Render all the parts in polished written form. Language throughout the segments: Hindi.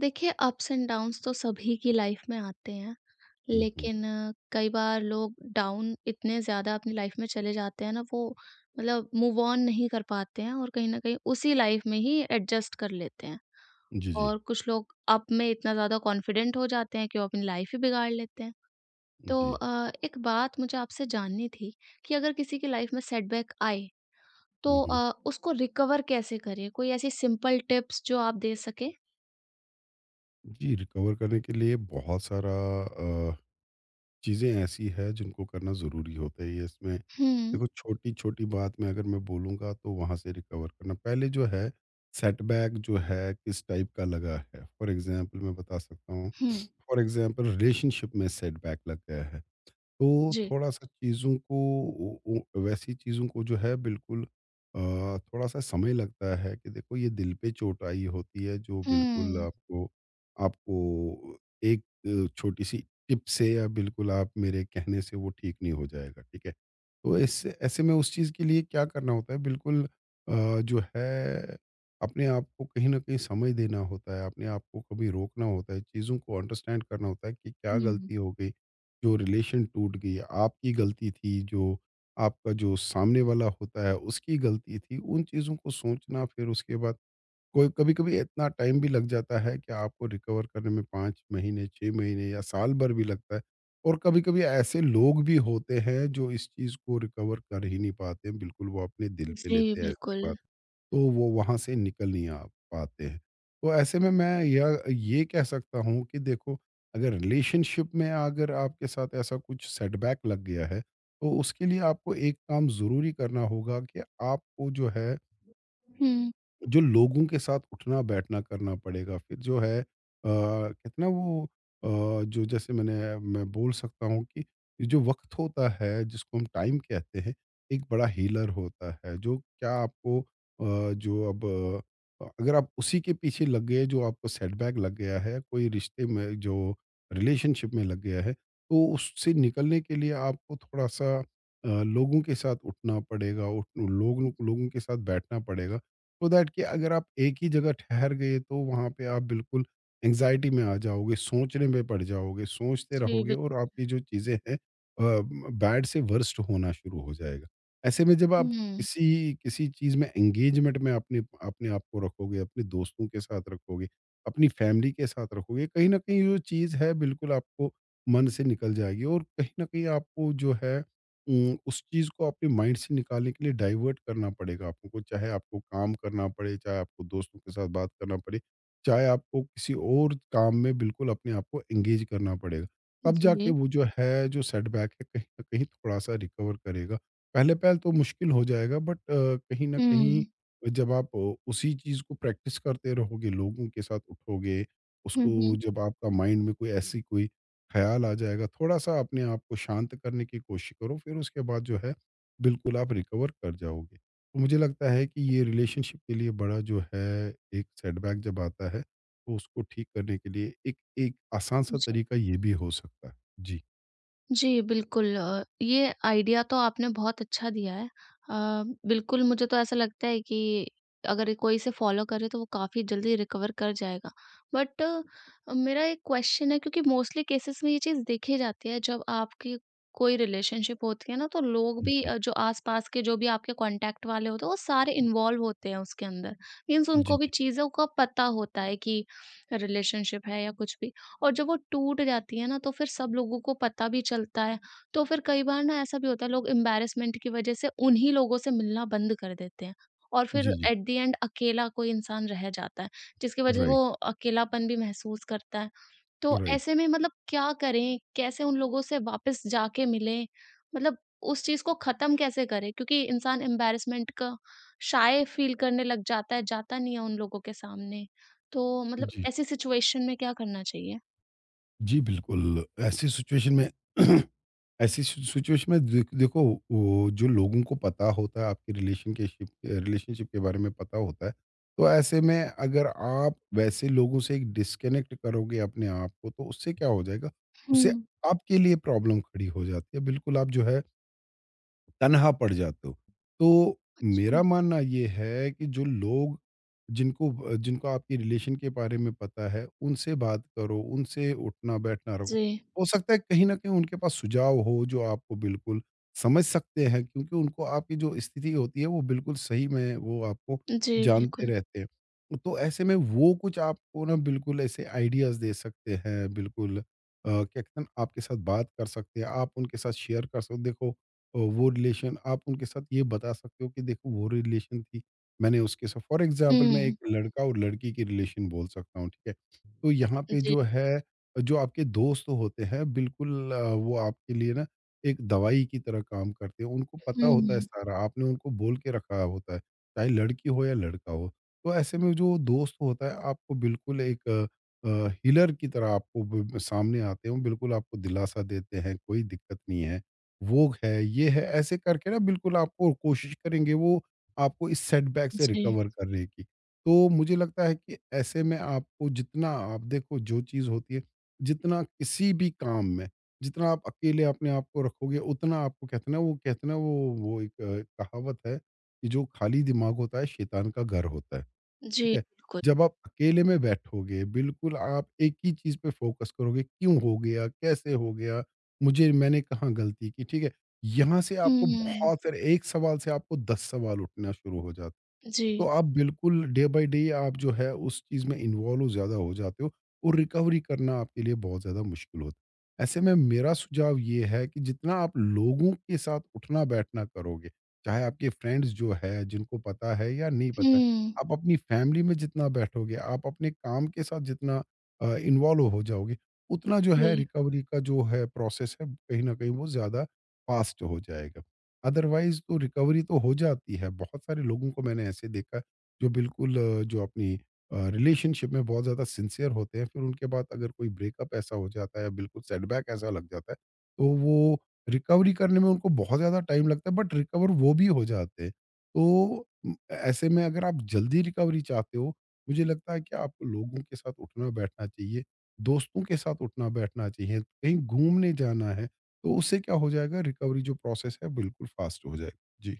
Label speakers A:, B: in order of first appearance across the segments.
A: देखिए, अप्स एंड डाउन्स तो सभी की लाइफ में आते हैं
B: हुँ, हुँ।
A: लेकिन कई बार लोग डाउन इतने ज़्यादा अपनी लाइफ में चले जाते हैं ना। वो मतलब मूव ऑन नहीं कर पाते हैं और कहीं ना कहीं उसी लाइफ में ही एडजस्ट कर लेते हैं।
B: जी, जी।
A: और कुछ लोग अप में इतना ज़्यादा कॉन्फिडेंट हो जाते हैं कि वो अपनी लाइफ ही बिगाड़ लेते हैं। तो
B: जी।
A: एक बात मुझे आपसे जाननी थी कि अगर किसी की लाइफ में सेटबैक आए
B: हुँ,
A: तो
B: हुँ।
A: उसको रिकवर कैसे करें? कोई ऐसी सिंपल टिप्स जो आप दे सके
B: जी, रिकवर करने के लिए बहुत सारा अ, चीज़ें ऐसी है जिनको करना ज़रूरी होता ही है ये इसमें।
A: हम्म।
B: देखो छोटी-छोटी बात में अगर मैं बोलूँगा तो वहाँ से रिकवर करना पहले जो है, सेटबैक जो है किस टाइप का लगा है। फॉर एग्ज़ाम्पल मैं बता सकता हूँ।
A: हम्म।
B: फॉर एग्ज़ाम्पल रिलेशनशिप में सेटबैक लग गया है। तो
A: जी।
B: थोड़ा-सा चीज़ों को, उ उ वैसी चीज़ों को जो है, बिल्कुल थोड़ा-सा समय लगता है कि देखो, ये दिल पे चोट आई होती है जो बिल्कुल
A: हुँ।
B: आपको आपको एक छोटी-सी टिप से या बिल्कुल आप मेरे कहने से वो ठीक नहीं हो जाएगा, ठीक है? तो ऐसे ऐसे में उस चीज़ के लिए क्या करना होता है, बिल्कुल जो है, अपने आप को कहीं न कहीं समय देना होता है, अपने आप को कभी रोकना होता है, चीज़ों को अंडरस्टैंड करना होता है कि क्या
A: हुँ।
B: गलती हो गई? जो रिलेशन टूट गई, आपकी गलती थी, जो आपका जो सामने वाला होता है उसकी गलती थी, उन चीज़ों को सोचना, फिर उसके बाद कोई कभी कभी इतना टाइम भी लग जाता है कि आपको रिकवर करने में 5 महीने, 6 महीने या साल भर भी लगता है। और कभी कभी ऐसे लोग भी होते हैं जो इस चीज़ को रिकवर कर ही नहीं पाते हैं, बिल्कुल वो अपने दिल पे
A: जी,
B: लेते हैं ऐसी
A: बिल्कुल।
B: बात। तो वो वहाँ से निकल नहीं आ पाते हैं। तो ऐसे में मैं यह ये कह सकता हूँ कि देखो, अगर रिलेशनशिप में अगर आपके साथ ऐसा कुछ सेटबैक लग गया है, तो उसके लिए आपको एक काम ज़रूरी करना होगा कि आपको जो है,
A: हुँ।
B: जो लोगों के साथ उठना बैठना करना पड़ेगा। फिर जो है कितना वो जो, जैसे मैं बोल सकता हूँ कि ये जो वक्त होता है, जिसको हम टाइम कहते हैं, एक बड़ा हीलर होता है जो क्या आपको, जो अब अगर आप उसी के पीछे लग गए, जो आपको सेटबैक लग गया है कोई रिश्ते में, जो रिलेशनशिप में लग गया है, तो उससे निकलने के लिए आपको थोड़ा सा लोगों के साथ उठना पड़ेगा, उठ लोगों लोगों के साथ बैठना पड़ेगा। सो दैट कि अगर आप एक ही जगह ठहर गए, तो वहाँ पे आप बिल्कुल एंग्जायटी में आ जाओगे, सोचने में पड़ जाओगे, सोचते
A: जी,
B: रहोगे
A: बिल।
B: और आपकी जो चीज़ें हैं बैड से वर्स्ट होना शुरू हो जाएगा। ऐसे में जब आप
A: हुँ।
B: किसी किसी चीज़ में, एंगेजमेंट में अपने अपने आप को रखोगे, अपने दोस्तों के साथ रखोगे, अपनी फ़ैमिली के साथ रखोगे, कहीं न कहीं जो चीज़ है बिल्कुल आपको मन से निकल जाएगी और कहीं न कहीं आपको जो है, उस चीज़ को आपके माइंड से निकालने के लिए डाइवर्ट करना पड़ेगा आपको, चाहे आपको काम करना पड़े, चाहे आपको दोस्तों के साथ बात करना पड़े, चाहे आपको किसी और काम में बिल्कुल अपने आप को एंगेज करना पड़ेगा। तब जाके
A: जी।
B: वो जो है, जो सेटबैक है, कहीं न कहीं थोड़ा-सा रिकवर करेगा। पहले-पहल तो मुश्किल हो जाएगा, बट कहीं न कहीं
A: हुँ।
B: जब आप उसी चीज़ को प्रैक्टिस करते रहोगे, लोगों के साथ उठोगे,
A: हुँ, हुँ।
B: उसको, जब आपका माइंड में कोई ऐसी कोई ख्याल आ जाएगा, थोड़ा-सा अपने आप को शांत करने की कोशिश करो, फिर उसके बाद जो है, बिल्कुल आप रिकवर कर जाओगे। तो मुझे लगता है कि ये रिलेशनशिप के लिए बड़ा जो है, एक सेटबैक जब आता है, तो उसको ठीक करने के लिए एक एक आसान-सा
A: जी।
B: तरीका ये भी हो सकता है। जी,
A: जी, बिल्कुल। ये आइडिया तो आपने बहुत अच्छा दिया है। बिल्कुल, मुझे तो ऐसा लगता है कि अगर ये कोई इसे फ़ॉलो करे तो वो काफ़ी जल्दी रिकवर कर जाएगा। बट मेरा एक क्वेश्चन है, क्योंकि मोस्टली केसेस में ये चीज़ देखी जाती है जब आपकी कोई रिलेशनशिप होती है ना, तो लोग भी
B: जी।
A: जो आस-पास के, जो भी आपके कॉन्टैक्ट वाले होते हैं, वो सारे इन्वॉल्व होते हैं उसके अंदर। मीन्स
B: जी,
A: उनको भी
B: जी।
A: चीज़ों का पता होता है कि रिलेशनशिप है या कुछ भी। और जब वो टूट जाती है ना, तो फिर सब लोगों को पता भी चलता है। तो फिर कई बार ना ऐसा भी होता है, लोग एम्बैरेसमेंट की वजह से उन्हीं लोगों से मिलना बंद कर देते हैं और फिर
B: जी, जी।
A: एट द एंड अकेला कोई इंसान रह जाता है, जिसकी वजह से
B: राइट,
A: वो अकेलापन भी महसूस करता है। तो
B: राइट।
A: ऐसे में मतलब क्या करें? कैसे उन लोगों से वापस जाके मिलें? मतलब उस चीज़ को ख़त्म कैसे करें? क्योंकि इंसान एम्बैरेसमेंट का शाय फ़ील करने लग जाता है, जाता नहीं है उन लोगों के सामने। तो मतलब
B: जी।
A: ऐसी सिचुएशन में क्या करना चाहिए?
B: जी, बिल्कुल, ऐसी सिचुएशन में ऐसी सि सिचुएशन में देखो, वो जो लोगों को पता होता है आपके रिलेशनशिप के बारे में पता होता है, तो ऐसे में अगर आप वैसे लोगों से एक डिस्कनेक्ट करोगे अपने आप को, तो उससे क्या हो जाएगा, उससे
A: हुँ,
B: आपके लिए प्रॉब्लम खड़ी हो जाती है। बिल्कुल, आप जो है तन्हा पड़ जाते हो। तो
A: अच्छा।
B: मेरा मानना ये है कि जो लोग, जिनको जिनको आपके रिलेशन के बारे में पता है, उनसे बात करो, उनसे उठना-बैठना रखो।
A: जी।
B: हो सकता है कहीं न कहीं उनके पास सुझाव हो, जो आपको बिल्कुल समझ सकते हैं, क्योंकि उनको आपकी जो स्थिति होती है वो बिल्कुल सही में वो आपको
A: जी,
B: जानते
A: बिल्कुल।
B: रहते हैं। तो ऐसे में वो कुछ आपको ना बिल्कुल ऐसे आइडियाज़ दे सकते हैं, बिल्कुल क्या कहते हैं ना, आपके साथ बात कर सकते हैं, आप उनके साथ शेयर कर सकते हो। देखो, तो वो रिलेशन आप उनके साथ ये बता सकते हो कि देखो, वो रिलेशन थी, मैंने उसके साथ, फॉर एग्ज़ाम्पल मैं
A: हुँ।
B: एक लड़का और लड़की की रिलेशन बोल सकता हूँ, ठीक है? तो यहाँ पे
A: जी।
B: जो है, जो आपके दोस्त होते हैं बिल्कुल वो आपके लिए ना एक दवाई की तरह काम करते हैं, उनको पता होता है
A: हुँ।
B: सारा, आपने उनको बोल के रखा होता है, चाहे लड़की हो या लड़का हो। तो ऐसे में जो दोस्त होता है, आपको बिल्कुल एक हीलर की तरह आपको ब ब- सामने आते हैं, वो बिल्कुल आपको दिलासा देते हैं, कोई दिक्कत नहीं है। वो है, ये है, ऐसे करके ना बिल्कुल आपको कोशिश करेंगे वो, आपको इस सेटबैक से
A: जी।
B: रिकवर करने की। तो मुझे लगता है कि ऐसे में आपको, जितना आप देखो जो चीज़ होती है, जितना किसी भी काम में, जितना आप अकेले अपने आप को रखोगे, उतना आपको, कहते हैं ना वो, कहते हैं ना, वो एक कहावत है कि जो खाली दिमाग होता है शैतान का घर होता है।
A: जी,
B: ठीक है?
A: बिल्कुल।
B: जब आप अकेले में बैठोगे, बिल्कुल आप एक ही चीज़ पे फ़ोकस करोगे, क्यों हो गया? कैसे हो गया? मुझे मैंने कहाँ गलती की? ठीक है? यहाँ से आपको
A: हुँ।
B: बहुत सारे, एक सवाल से आपको 10 सवाल उठना शुरू हो जाता है। तो
A: जी।
B: आप बिल्कुल डे बाय डे आप जो है उस चीज़ में इन्वॉल्व हो, ज़्यादा हो जाते हो और रिकवरी करना आपके लिए बहुत ज़्यादा मुश्किल होता है। ऐसे में मेरा सुझाव ये है कि जितना आप लोगों के साथ उठना बैठना करोगे, चाहे आपके फ्रेंड्स जो है, जिनको पता है या नहीं पता है,
A: हुँ।
B: आप अपनी फैमिली में जितना बैठोगे, आप अपने काम के साथ जितना इन्वॉल्व हो जाओगे, उतना जो है
A: जी।
B: रिकवरी का जो है प्रोसेस है, कहीं न कहीं वो ज़्यादा फास्ट हो जाएगा। अदरवाइज तो रिकवरी तो हो जाती है। बहुत सारे लोगों को मैंने ऐसे देखा जो बिल्कुल जो अपनी रिलेशनशिप में बहुत ज़्यादा सिंसियर होते हैं, फिर उनके बाद अगर कोई ब्रेकअप ऐसा हो जाता है, बिल्कुल सेटबैक ऐसा लग जाता है, तो वो रिकवरी करने में उनको बहुत ज़्यादा टाइम लगता है, बट रिकवर वो भी हो जाते हैं। तो ऐसे में अगर आप जल्दी रिकवरी चाहते हो, मुझे लगता है कि आपको लोगों के साथ उठना-बैठना चाहिए, दोस्तों के साथ उठना-बैठना चाहिए, कहीं घूमने जाना है। तो उससे क्या हो जाएगा, रिकवरी जो प्रोसेस है बिल्कुल फास्ट हो जाएगा। जी,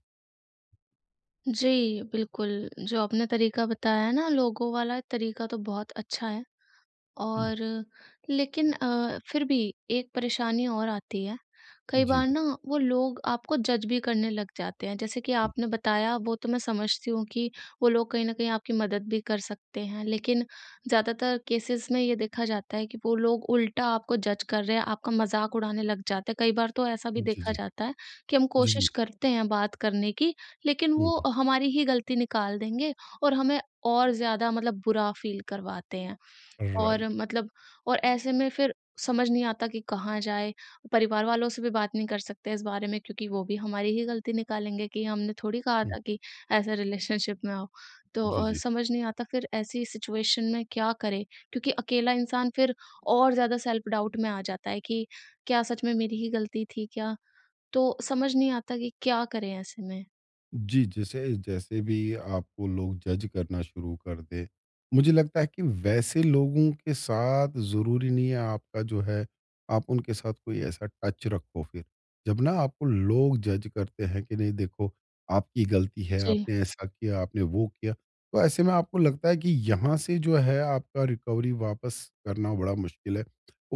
A: जी, बिल्कुल, जो आपने तरीका बताया है ना लोगों वाला तरीका, तो बहुत अच्छा है।
B: जी।
A: और लेकिन फिर भी एक परेशानी और आती है, कई
B: जी,
A: बार ना
B: बताइए।
A: वो लोग आपको जज भी करने लग जाते हैं। जैसे कि आपने बताया, वो तो मैं समझती हूँ कि वो लोग कहीं न कहीं आपकी मदद भी कर सकते हैं, लेकिन ज़्यादातर केसेज़ में ये देखा जाता है कि वो लोग उल्टा आपको जज कर रहे हैं, आपका मज़ाक उड़ाने लग जाते हैं। कई बार तो ऐसा भी
B: जी,
A: देखा
B: जी।
A: जाता है कि हम
B: जी,
A: कोशिश
B: जी।
A: करते हैं बात करने की, लेकिन
B: हुँ।
A: वो हमारी ही गलती निकाल देंगे और हमें और ज़्यादा मतलब बुरा फ़ील करवाते हैं। और
B: राइट।
A: मतलब और ऐसे में फिर समझ नहीं आता कि कहाँ जाए। परिवार वालों से भी बात नहीं कर सकते इस बारे में, क्योंकि वो भी हमारी ही गलती निकालेंगे कि हमने थोड़ी कहा
B: हुँ,
A: था कि ऐसे रिलेशनशिप में आओ। तो
B: जी, जी।
A: समझ नहीं आता फिर ऐसी सिचुएशन में क्या करे? क्योंकि अकेला इंसान फिर और ज़्यादा सेल्फ डाउट में आ जाता है कि क्या सच में मेरी ही गलती थी क्या? तो समझ नहीं आता कि क्या करें ऐसे में?
B: जी, जैसे जैसे भी आपको लोग जज करना शुरू कर दें, मुझे लगता है कि वैसे लोगों के साथ ज़रूरी नहीं है आपका जो है, आप उनके साथ कोई ऐसा टच रखो फिर। जब ना आपको लोग जज करते हैं कि नहीं देखो, आपकी गलती है,
A: जी।
B: आपने ऐसा किया, आपने वो किया, तो ऐसे में आपको लगता है कि यहाँ से जो है आपका रिकवरी वापस करना बड़ा मुश्किल है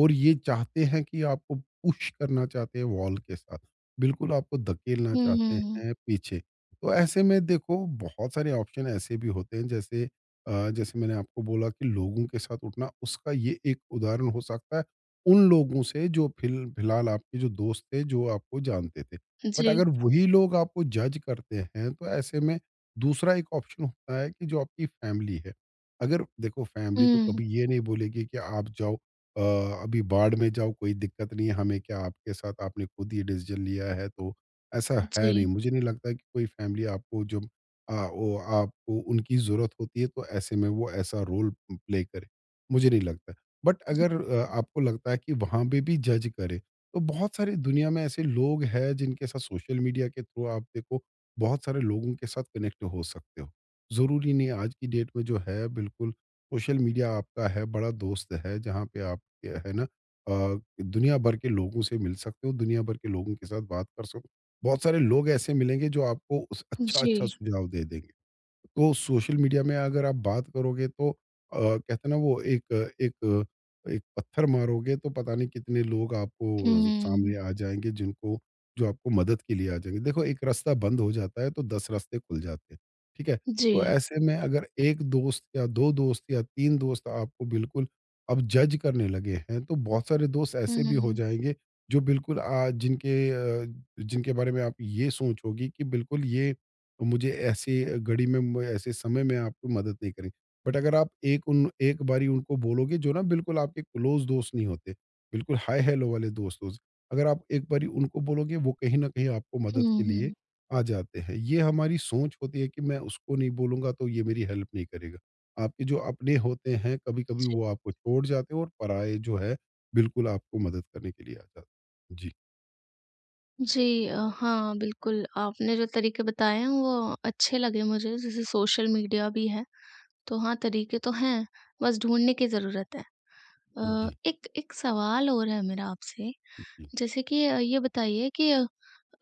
B: और ये चाहते हैं कि आपको पुश करना चाहते हैं वॉल के साथ, बिल्कुल आपको धकेलना
A: हुँ,
B: चाहते
A: हुँ, हुँ।
B: हैं पीछे। तो ऐसे में देखो, बहुत सारे ऑप्शन ऐसे भी होते हैं, जैसे जैसे मैंने आपको बोला कि लोगों के साथ उठना, उसका ये एक उदाहरण हो सकता है, उन लोगों से जो फिलहाल आपके जो दोस्त थे, जो आपको जानते थे। बट
A: जी।
B: अगर वही लोग आपको जज करते हैं, तो ऐसे में दूसरा एक ऑप्शन होता है कि जो आपकी फैमिली है। अगर देखो, फैमिली तो
A: हुँ।
B: कभी ये नहीं बोलेगी कि आप जाओ अभी बाढ़ में जाओ, कोई दिक्कत नहीं है हमें, क्या आपके साथ आपने खुद ये डिसीजन लिया है तो ऐसा है
A: जी।
B: नहीं। मुझे नहीं लगता कि कोई फैमिली आपको, जब वो आपको उनकी ज़रूरत होती है तो ऐसे में वो ऐसा रोल प्ले करे। मुझे नहीं लगता। बट
A: जी।
B: अगर आपको लगता है कि वहाँ पे भी जज करे, तो बहुत सारी दुनिया में ऐसे लोग हैं जिनके साथ सोशल मीडिया के थ्रू आप देखो, बहुत सारे लोगों के साथ कनेक्ट हो सकते हो। ज़रूरी नहीं, आज की डेट में जो है बिल्कुल सोशल मीडिया आपका है, बड़ा दोस्त है, जहाँ पे आप, है ना, दुनिया भर के लोगों से मिल सकते हो, दुनिया भर के लोगों के साथ बात कर सक, बहुत सारे लोग ऐसे मिलेंगे जो आपको उस अच्छा-अच्छा
A: जी।
B: सुझाव दे देंगे। तो सोशल मीडिया में अगर आप बात करोगे, तो कहते हैं ना वो, एक एक एक पत्थर मारोगे तो पता नहीं कितने लोग आपको
A: हुँ।
B: सामने आ जाएँगे जिनको जो आपको मदद के लिए आ जाएँगे। देखो, एक रास्ता बंद हो जाता है तो 10 रास्ते खुल जाते हैं, ठीक है?
A: जी।
B: तो ऐसे में अगर 1 दोस्त या 2 दोस्त या 3 दोस्त आपको बिल्कुल अब जज करने लगे हैं, तो बहुत सारे दोस्त ऐसे भी हो
A: हुँ,
B: जाएँगे जो बिल्कुल अ, जिनके बारे में आप ये सोच होगी कि बिल्कुल ये, तो मुझे ऐसी अ, घड़ी में म ऐसे समय में आपको मदद नहीं करेंगे। बट अगर आप एक बारी उनको बोलोगे जो ना बिल्कुल आपके क्लोज़ दोस्त नहीं होते, बिल्कुल हाय-हेलो वाले दोस्त होस अगर आप एक बारी उनको बोलोगे, वो कहीं न कहीं आपको मदद
A: हुँ,
B: के लिए
A: हुँ।
B: आ जाते हैं। ये हमारी सोच होती है कि मैं उसको नहीं बोलूँगा तो ये मेरी हेल्प नहीं करेगा। आपके जो अपने होते हैं, कभी-कभी
A: जी।
B: वो आपको छोड़ जाते हैं, और पराये जो है बिल्कुल आपको मदद करने के लिए आ जाते हैं। जी,
A: जी, हाँ, बिल्कुल आपने जो तरीके बताए हैं वो अच्छे लगे मुझे, जैसे सोशल मीडिया भी है, तो हाँ, तरीके तो हैं, बस ढूँढने की ज़रूरत है।
B: जी,
A: एक एक सवाल और है मेरा आपसे,
B: जी,
A: जैसे कि ये बताइए कि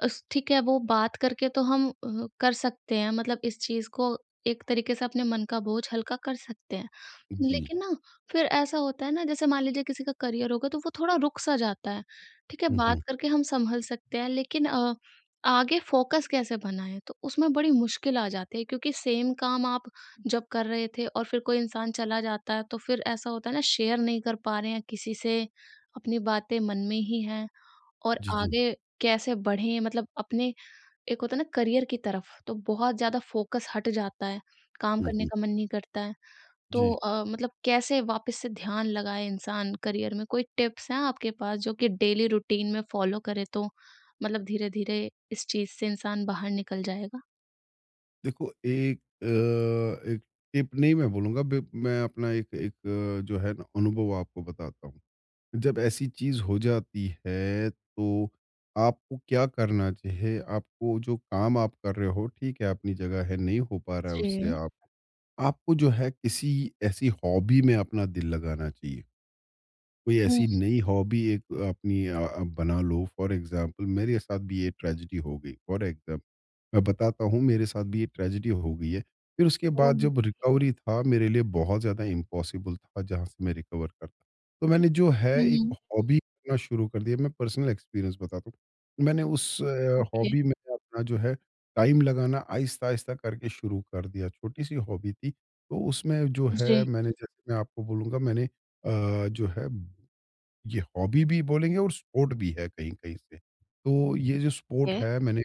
A: अस ठीक है, वो बात करके तो हम कर सकते हैं, मतलब इस चीज़ को एक तरीके से अपने मन का बोझ हल्का कर सकते हैं।
B: जी।
A: लेकिन ना फिर ऐसा होता है ना जैसे मान लीजिए किसी का करियर होगा तो वो थोड़ा रुक सा जाता है। ठीक है,
B: हुँ,
A: बात
B: हुँ।
A: करके हम सँभल सकते हैं लेकिन आगे फ़ोकस कैसे बनाएँ? तो उसमें बड़ी मुश्किल आ जाती है, क्योंकि सेम काम आप जब कर रहे थे और फिर कोई इंसान चला जाता है, तो फिर ऐसा होता है ना, शेयर नहीं कर पा रहे हैं किसी से, अपनी बातें मन में ही हैं। और
B: जी, जी।
A: आगे कैसे बढ़ें मतलब अपने, एक होता है ना करियर की तरफ तो बहुत ज़्यादा फ़ोकस हट जाता है, काम
B: हुँ,
A: करने
B: हुँ।
A: का मन नहीं करता है। तो
B: जी।
A: मतलब कैसे वापस से ध्यान लगाए इंसान करियर में? कोई टिप्स हैं आपके पास जो कि डेली रूटीन में फ़ॉलो करे तो मतलब धीरे-धीरे इस चीज़ से इंसान बाहर निकल जाएगा?
B: देखो, एक एक टिप नहीं मैं बोलूँगा, बे मैं अपना एक एक जो है ना, अनुभव आपको बताता हूँ। जब ऐसी चीज़ हो जाती है, तो आपको क्या करना चाहिए? आपको जो काम आप कर रहे हो, ठीक है अपनी जगह है, नहीं हो पा रहा है उससे
A: जी।
B: आप आपको जो है किसी ऐसी हॉबी में अपना दिल लगाना चाहिए। कोई
A: हुँ,
B: ऐसी नई हॉबी आप बना लो। फॉर एग्ज़ाम्पल मेरे साथ भी ये ट्रेजेडी हो गई फॉर एग्ज़ाम्पल, मैं बताता हूँ, मेरे साथ भी ये ट्रेजेडी हो गई है। फिर उसके बाद जब
A: ओके।
B: रिकवरी था, मेरे लिए बहुत ज़्यादा इम्पॉसिबल था जहाँ से मैं रिकवर करता। तो मैंने जो है एक
A: हुँ,
B: हॉबी करना शुरू कर दिया, मैं पर्सनल एक्सपीरियंस बताता हूँ। मैंने उस
A: ओके।
B: हॉबी में अपना जो है टाइम लगाना आहिस्ता-आहिस्ता करके शुरू कर दिया। छोटी-सी हॉबी थी, तो उसमें जो है
A: जी।
B: मैंने, जैसे मैं आपको बोलूँगा, मैंने जो है, ये हॉबी भी बोलेंगे और स्पोर्ट भी है कहीं-कहीं से। तो ये जो
A: ठीक
B: स्पोर्ट
A: है।
B: है, मैंने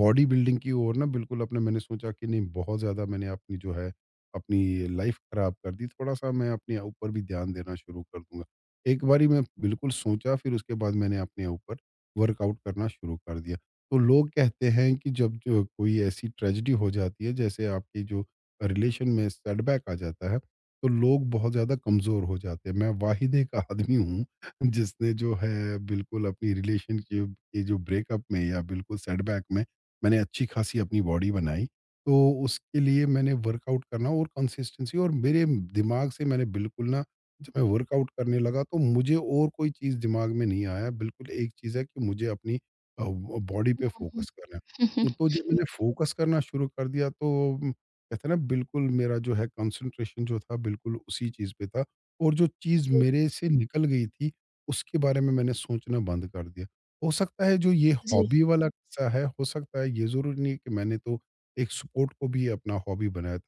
B: बॉडी बिल्डिंग की ओर ना, बिल्कुल अपने मैंने सोचा कि नहीं, बहुत ज़्यादा मैंने अपनी जो है अपनी लाइफ़ ख़राब कर दी, थोड़ा-सा मैं अपने ऊपर भी ध्यान देना शुरू कर दूँगा। एक बारी मैं बिल्कुल सोचा, फिर उसके बाद मैंने अपने ऊपर वर्कआउट करना शुरू कर दिया। तो लोग कहते हैं कि जब जो कोई ऐसी ट्रेजेडी हो जाती है, जैसे आपकी जो रिलेशन में सेटबैक आ जाता है, तो लोग बहुत ज़्यादा कमज़ोर हो जाते हैं। मैं वाहिद एक आदमी हूँ जिसने जो है बिल्कुल अपनी रिलेशनशिप के जो ब्रेकअप में या बिल्कुल सेटबैक में मैंने अच्छी खासी अपनी बॉडी बनाई। तो उसके लिए मैंने वर्कआउट करना और कंसिस्टेंसी और मेरे दिमाग से मैंने बिल्कुल ना, जब मैं वर्कआउट करने लगा तो मुझे और कोई चीज़ दिमाग में नहीं आया। बिल्कुल एक चीज़ है कि मुझे अपनी अ, ब बॉडी पे
A: हुँ, हुँ।
B: फोकस करना है। तो जब मैंने फोकस करना शुरू कर दिया, तो कहते हैं ना, बिल्कुल मेरा जो है कंसंट्रेशन जो था बिल्कुल उसी चीज़ पे था, और जो चीज़
A: जी,
B: मेरे से निकल गई थी, उसके बारे में मैंने सोचना बंद कर दिया। हो सकता है जो ये
A: जी।
B: हॉबी वाला किस्सा है, हो सकता है ये, ज़रूरी नहीं है कि मैंने तो एक स्पोर्ट को भी अपना हॉबी बनाया था।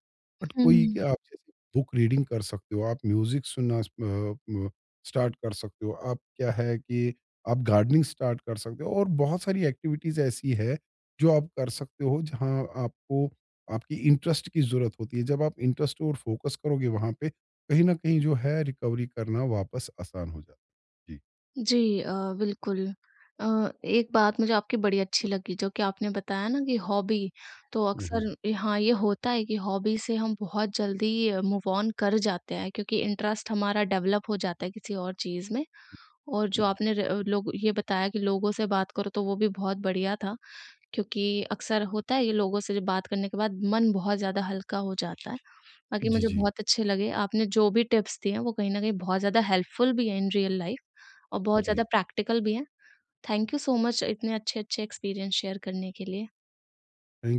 B: बट कोई
A: हुँ।
B: कि आप जैसे बुक रीडिंग कर सकते हो, आप म्यूज़िक सुनना स अ, म स्टार्ट कर सकते हो, आप क्या है कि आप गार्डनिंग स्टार्ट कर सकते हो, और बहुत सारी एक्टिविटीज़ ऐसी है, जो आप कर सकते हो, जहाँ आपको आपकी इंटरेस्ट की ज़रूरत होती है। जब आप इंटरेस्ट और फ़ोकस करोगे वहाँ पे, कहीं न कहीं जो है रिकवरी करना वापस आसान हो जाता है। जी।
A: जी, बिल्कुल। अ, एक बात मुझे आपकी बड़ी अच्छी लगी, जो कि आपने बताया ना कि हॉबी, तो
B: हुँ, हुँ।
A: अक्सर ये- हाँ, ये होता है कि हॉबी से हम बहुत जल्दी मूव ऑन कर जाते हैं, क्योंकि इंटरेस्ट हमारा डेवलप हो जाता है किसी और चीज़ में। और जो
B: जी,
A: आपने र लोग ये बताया कि लोगों से बात करो, तो वो भी बहुत बढ़िया था। क्योंकि अक्सर होता है ये, लोगों से जब बात करने के बाद मन बहुत ज़्यादा हल्का हो जाता है। बाकी
B: जी,
A: मुझे
B: जी।
A: बहुत अच्छे लगे, आपने जो भी टिप्स दिए हैं वो कहीं न कहीं बहुत ज़्यादा हेल्पफुल भी हैं इन रियल लाइफ़ और बहुत ज़्यादा
B: जी,
A: प्रैक्टिकल भी हैं। थैंक यू सो मच इतने अच्छे-अच्छे एक्सपीरियंस शेयर करने के लिए।
B: कहीं